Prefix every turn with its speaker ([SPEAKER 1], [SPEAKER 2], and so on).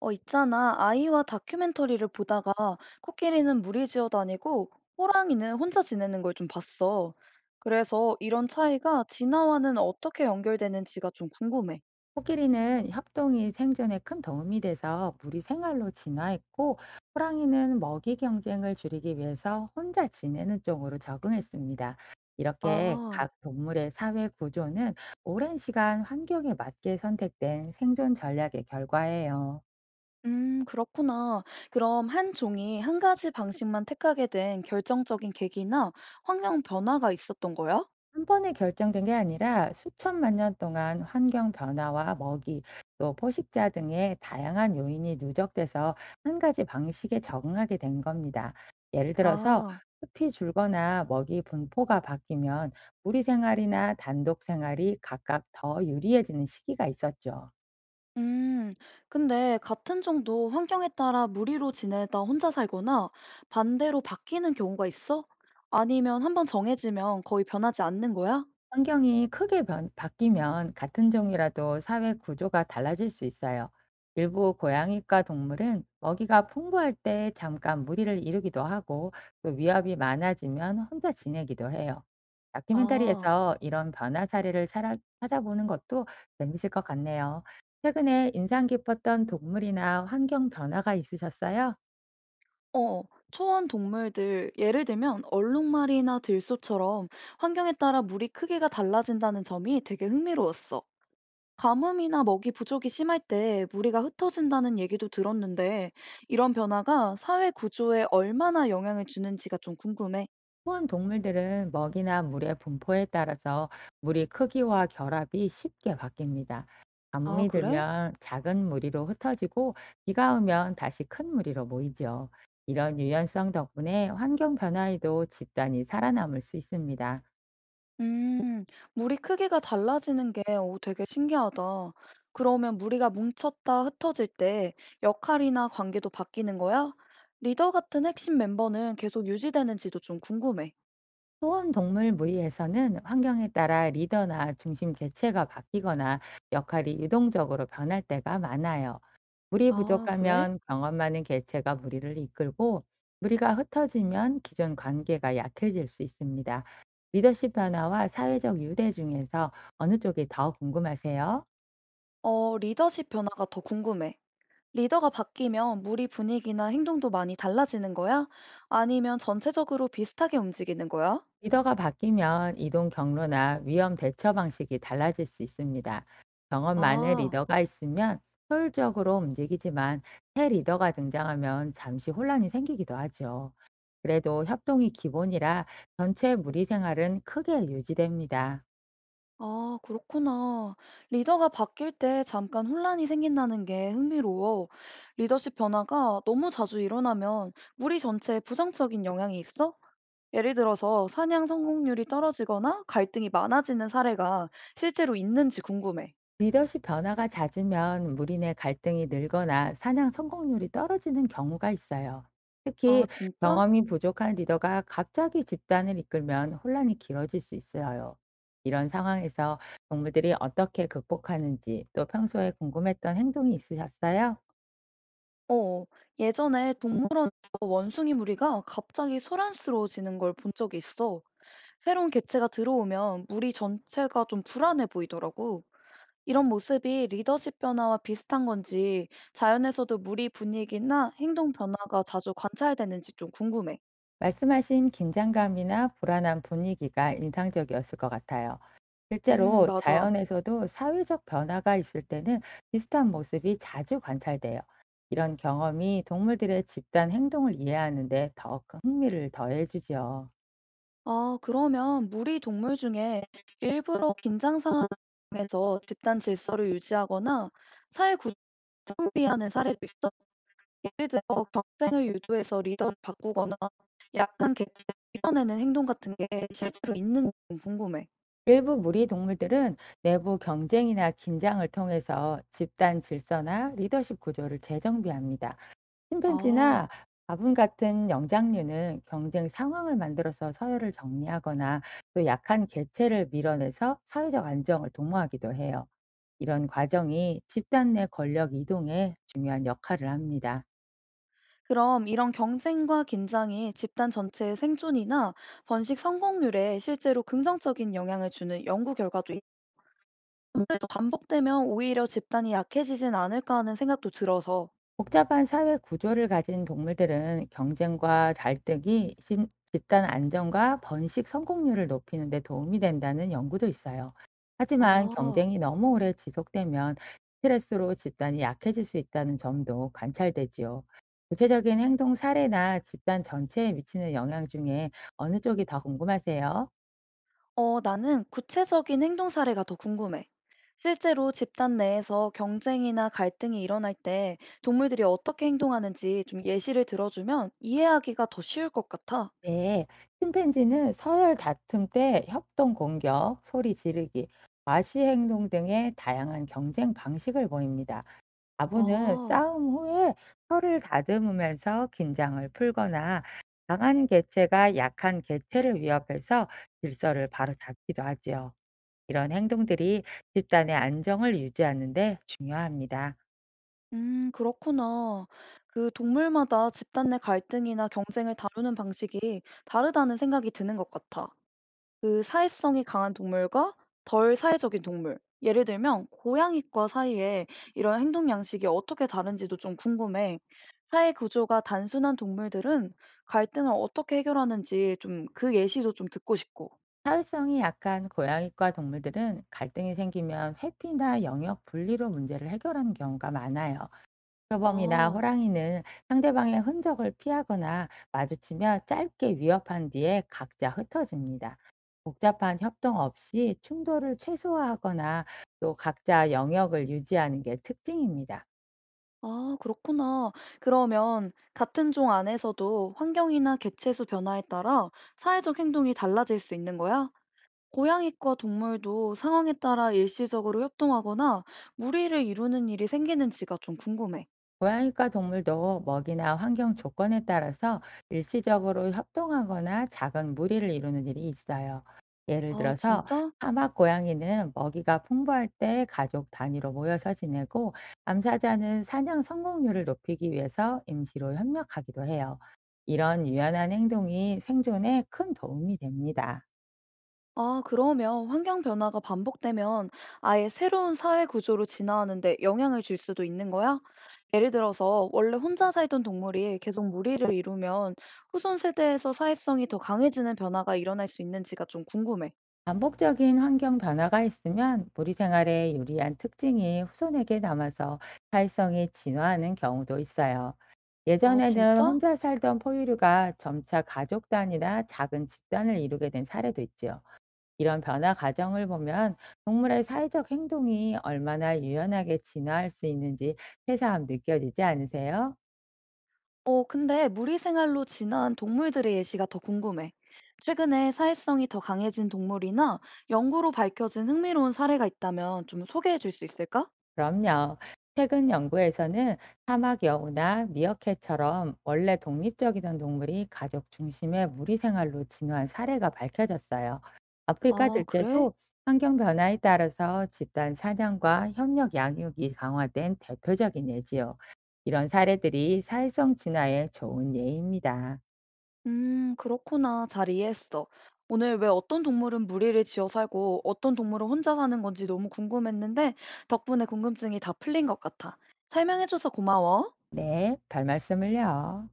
[SPEAKER 1] 있잖아. 아이와 다큐멘터리를 보다가 코끼리는 무리 지어 다니고 호랑이는 혼자 지내는 걸 좀 봤어. 그래서 이런 차이가 진화와는 어떻게 연결되는지가 좀 궁금해.
[SPEAKER 2] 코끼리는 협동이 생존에 큰 도움이 돼서 무리 생활로 진화했고, 호랑이는 먹이 경쟁을 줄이기 위해서 혼자 지내는 쪽으로 적응했습니다. 이렇게
[SPEAKER 1] 아,
[SPEAKER 2] 각 동물의 사회 구조는 오랜 시간 환경에 맞게 선택된 생존 전략의 결과예요.
[SPEAKER 1] 그렇구나. 그럼 한 종이 한 가지 방식만 택하게 된 결정적인 계기나 환경 변화가 있었던 거야?
[SPEAKER 2] 한 번에 결정된 게 아니라 수천만 년 동안 환경 변화와 먹이, 또 포식자 등의 다양한 요인이 누적돼서 한 가지 방식에 적응하게 된 겁니다. 예를 들어서
[SPEAKER 1] 아.
[SPEAKER 2] 숲이 줄거나 먹이 분포가 바뀌면 무리 생활이나 단독 생활이 각각 더 유리해지는 시기가 있었죠.
[SPEAKER 1] 음, 근데 같은 정도 환경에 따라 무리로 지내다 혼자 살거나 반대로 바뀌는 경우가 있어? 아니면 한번 정해지면 거의 변하지 않는 거야?
[SPEAKER 2] 환경이 크게 바뀌면 같은 종이라도 사회 구조가 달라질 수 있어요. 일부 고양이과 동물은 먹이가 풍부할 때 잠깐 무리를 이루기도 하고, 또 위협이 많아지면 혼자 지내기도 해요.
[SPEAKER 1] 아,
[SPEAKER 2] 다큐멘터리에서 이런 변화 사례를 찾아보는 것도 재밌을 것 같네요. 최근에 인상 깊었던 동물이나 환경 변화가 있으셨어요?
[SPEAKER 1] 어, 초원 동물들, 예를 들면 얼룩말이나 들소처럼 환경에 따라 무리 크기가 달라진다는 점이 되게 흥미로웠어. 가뭄이나 먹이 부족이 심할 때 무리가 흩어진다는 얘기도 들었는데 이런 변화가 사회 구조에 얼마나 영향을 주는지가 좀 궁금해.
[SPEAKER 2] 포원 동물들은 먹이나 물의 분포에 따라서 물의 크기와 결합이 쉽게 바뀝니다.
[SPEAKER 1] 아,
[SPEAKER 2] 가뭄이
[SPEAKER 1] 그래?
[SPEAKER 2] 들면 작은 무리로 흩어지고, 비가 오면 다시 큰 무리로 모이죠. 이런 유연성 덕분에 환경 변화에도 집단이 살아남을 수 있습니다.
[SPEAKER 1] 음, 물이 크기가 달라지는 게 오, 되게 신기하다. 그러면 무리가 뭉쳤다 흩어질 때 역할이나 관계도 바뀌는 거야? 리더 같은 핵심 멤버는 계속 유지되는지도 좀 궁금해.
[SPEAKER 2] 소원동물 무리에서는 환경에 따라 리더나 중심 개체가 바뀌거나 역할이 유동적으로 변할 때가 많아요. 물이
[SPEAKER 1] 아, 그래?
[SPEAKER 2] 부족하면 경험 많은 개체가 무리를 이끌고, 무리가 흩어지면 기존 관계가 약해질 수 있습니다. 리더십 변화와 사회적 유대 중에서 어느 쪽이 더 궁금하세요?
[SPEAKER 1] 리더십 변화가 더 궁금해. 리더가 바뀌면 무리 분위기나 행동도 많이 달라지는 거야? 아니면 전체적으로 비슷하게 움직이는 거야?
[SPEAKER 2] 리더가 바뀌면 이동 경로나 위험 대처 방식이 달라질 수 있습니다. 경험 많은
[SPEAKER 1] 아.
[SPEAKER 2] 리더가 있으면 효율적으로 움직이지만, 새 리더가 등장하면 잠시 혼란이 생기기도 하죠. 그래도 협동이 기본이라 전체 무리 생활은 크게 유지됩니다.
[SPEAKER 1] 아, 그렇구나. 리더가 바뀔 때 잠깐 혼란이 생긴다는 게 흥미로워. 리더십 변화가 너무 자주 일어나면 무리 전체에 부정적인 영향이 있어? 예를 들어서 사냥 성공률이 떨어지거나 갈등이 많아지는 사례가 실제로 있는지 궁금해.
[SPEAKER 2] 리더십 변화가 잦으면 무리 내 갈등이 늘거나 사냥 성공률이 떨어지는 경우가 있어요. 특히
[SPEAKER 1] 아, 진짜?
[SPEAKER 2] 경험이 부족한 리더가 갑자기 집단을 이끌면 혼란이 길어질 수 있어요. 이런 상황에서 동물들이 어떻게 극복하는지, 또 평소에 궁금했던 행동이 있으셨어요?
[SPEAKER 1] 어, 예전에 동물원에서 원숭이 무리가 갑자기 소란스러워지는 걸 본 적이 있어. 새로운 개체가 들어오면 무리 전체가 좀 불안해 보이더라고. 이런 모습이 리더십 변화와 비슷한 건지 자연에서도 무리 분위기나 행동 변화가 자주 관찰되는지 좀 궁금해.
[SPEAKER 2] 말씀하신 긴장감이나 불안한 분위기가 인상적이었을 것 같아요. 실제로
[SPEAKER 1] 맞아.
[SPEAKER 2] 자연에서도 사회적 변화가 있을 때는 비슷한 모습이 자주 관찰돼요. 이런 경험이 동물들의 집단 행동을 이해하는 데더 흥미를 더해주죠.
[SPEAKER 1] 아, 그러면 무리 동물 중에 일부러 긴장 상황에서 집단 질서를 유지하거나 사회 구조를 정비하는 사례도 있어. 예를 들어 경쟁을 유도해서 리더를 바꾸거나 약한 개체를 밀어내는 행동 같은 게 실제로 있는지 좀 궁금해.
[SPEAKER 2] 일부 무리 동물들은 내부 경쟁이나 긴장을 통해서 집단 질서나 리더십 구조를 재정비합니다. 침팬지나
[SPEAKER 1] 아.
[SPEAKER 2] 바분 같은 영장류는 경쟁 상황을 만들어서 서열을 정리하거나, 또 약한 개체를 밀어내서 사회적 안정을 도모하기도 해요. 이런 과정이 집단 내 권력 이동에 중요한 역할을 합니다.
[SPEAKER 1] 그럼 이런 경쟁과 긴장이 집단 전체의 생존이나 번식 성공률에 실제로 긍정적인 영향을 주는 연구 결과도 있- 아무래도 반복되면 오히려 집단이 약해지진 않을까 하는 생각도 들어서
[SPEAKER 2] 복잡한 사회 구조를 가진 동물들은 경쟁과 갈등이 집단 안정과 번식 성공률을 높이는 데 도움이 된다는 연구도 있어요. 하지만
[SPEAKER 1] 아,
[SPEAKER 2] 경쟁이 너무 오래 지속되면 스트레스로 집단이 약해질 수 있다는 점도 관찰되지요. 구체적인 행동 사례나 집단 전체에 미치는 영향 중에 어느 쪽이 더 궁금하세요?
[SPEAKER 1] 나는 구체적인 행동 사례가 더 궁금해. 실제로 집단 내에서 경쟁이나 갈등이 일어날 때 동물들이 어떻게 행동하는지 좀 예시를 들어주면 이해하기가 더 쉬울 것 같아.
[SPEAKER 2] 네, 침팬지는 서열 다툼 때 협동 공격, 소리 지르기, 과시 행동 등의 다양한 경쟁 방식을 보입니다. 아부는
[SPEAKER 1] 아.
[SPEAKER 2] 싸움 후에 혀를 다듬으면서 긴장을 풀거나, 강한 개체가 약한 개체를 위협해서 질서를 바로 잡기도 하지요. 이런 행동들이 집단의 안정을 유지하는 데 중요합니다.
[SPEAKER 1] 그렇구나. 그 동물마다 집단 내 갈등이나 경쟁을 다루는 방식이 다르다는 생각이 드는 것 같아. 그 사회성이 강한 동물과 덜 사회적인 동물. 예를 들면, 고양이과 사이에 이런 행동 양식이 어떻게 다른지도 좀 궁금해. 사회 구조가 단순한 동물들은 갈등을 어떻게 해결하는지 좀 그 예시도 좀 듣고 싶고.
[SPEAKER 2] 사회성이 약한 고양이과 동물들은 갈등이 생기면 회피나 영역 분리로 문제를 해결하는 경우가 많아요. 표범이나
[SPEAKER 1] 아.
[SPEAKER 2] 호랑이는 상대방의 흔적을 피하거나 마주치며 짧게 위협한 뒤에 각자 흩어집니다. 복잡한 협동 없이 충돌을 최소화하거나, 또 각자 영역을 유지하는 게 특징입니다.
[SPEAKER 1] 아, 그렇구나. 그러면 같은 종 안에서도 환경이나 개체수 변화에 따라 사회적 행동이 달라질 수 있는 거야? 고양이과 동물도 상황에 따라 일시적으로 협동하거나 무리를 이루는 일이 생기는지가 좀 궁금해.
[SPEAKER 2] 고양이과 동물도 먹이나 환경 조건에 따라서 일시적으로 협동하거나 작은 무리를 이루는 일이 있어요. 예를
[SPEAKER 1] 아,
[SPEAKER 2] 들어서
[SPEAKER 1] 진짜?
[SPEAKER 2] 사막 고양이는 먹이가 풍부할 때 가족 단위로 모여서 지내고, 암사자는 사냥 성공률을 높이기 위해서 임시로 협력하기도 해요. 이런 유연한 행동이 생존에 큰 도움이 됩니다.
[SPEAKER 1] 아, 그러면 환경 변화가 반복되면 아예 새로운 사회 구조로 진화하는데 영향을 줄 수도 있는 거야? 예를 들어서 원래 혼자 살던 동물이 계속 무리를 이루면 후손 세대에서 사회성이 더 강해지는 변화가 일어날 수 있는지가 좀 궁금해.
[SPEAKER 2] 반복적인 환경 변화가 있으면 무리 생활에 유리한 특징이 후손에게 남아서 사회성이 진화하는 경우도 있어요.
[SPEAKER 1] 아,
[SPEAKER 2] 예전에는
[SPEAKER 1] 진짜?
[SPEAKER 2] 혼자 살던 포유류가 점차 가족 단위나 작은 집단을 이루게 된 사례도 있지요. 이런 변화 과정을 보면 동물의 사회적 행동이 얼마나 유연하게 진화할 수 있는지 새삼 느껴지지 않으세요?
[SPEAKER 1] 근데 무리 생활로 진화한 동물들의 예시가 더 궁금해. 최근에 사회성이 더 강해진 동물이나 연구로 밝혀진 흥미로운 사례가 있다면 좀 소개해 줄 수 있을까?
[SPEAKER 2] 그럼요. 최근 연구에서는 사막 여우나 미어캣처럼 원래 독립적이던 동물이 가족 중심의 무리 생활로 진화한 사례가 밝혀졌어요. 아프리카
[SPEAKER 1] 아, 그래?
[SPEAKER 2] 들깨도 환경 변화에 따라서 집단 사냥과 협력 양육이 강화된 대표적인 예지요. 이런 사례들이 사회성 진화에 좋은 예입니다.
[SPEAKER 1] 그렇구나. 잘 이해했어. 오늘 왜 어떤 동물은 무리를 지어 살고 어떤 동물은 혼자 사는 건지 너무 궁금했는데 덕분에 궁금증이 다 풀린 것 같아. 설명해줘서 고마워.
[SPEAKER 2] 네, 별 말씀을요.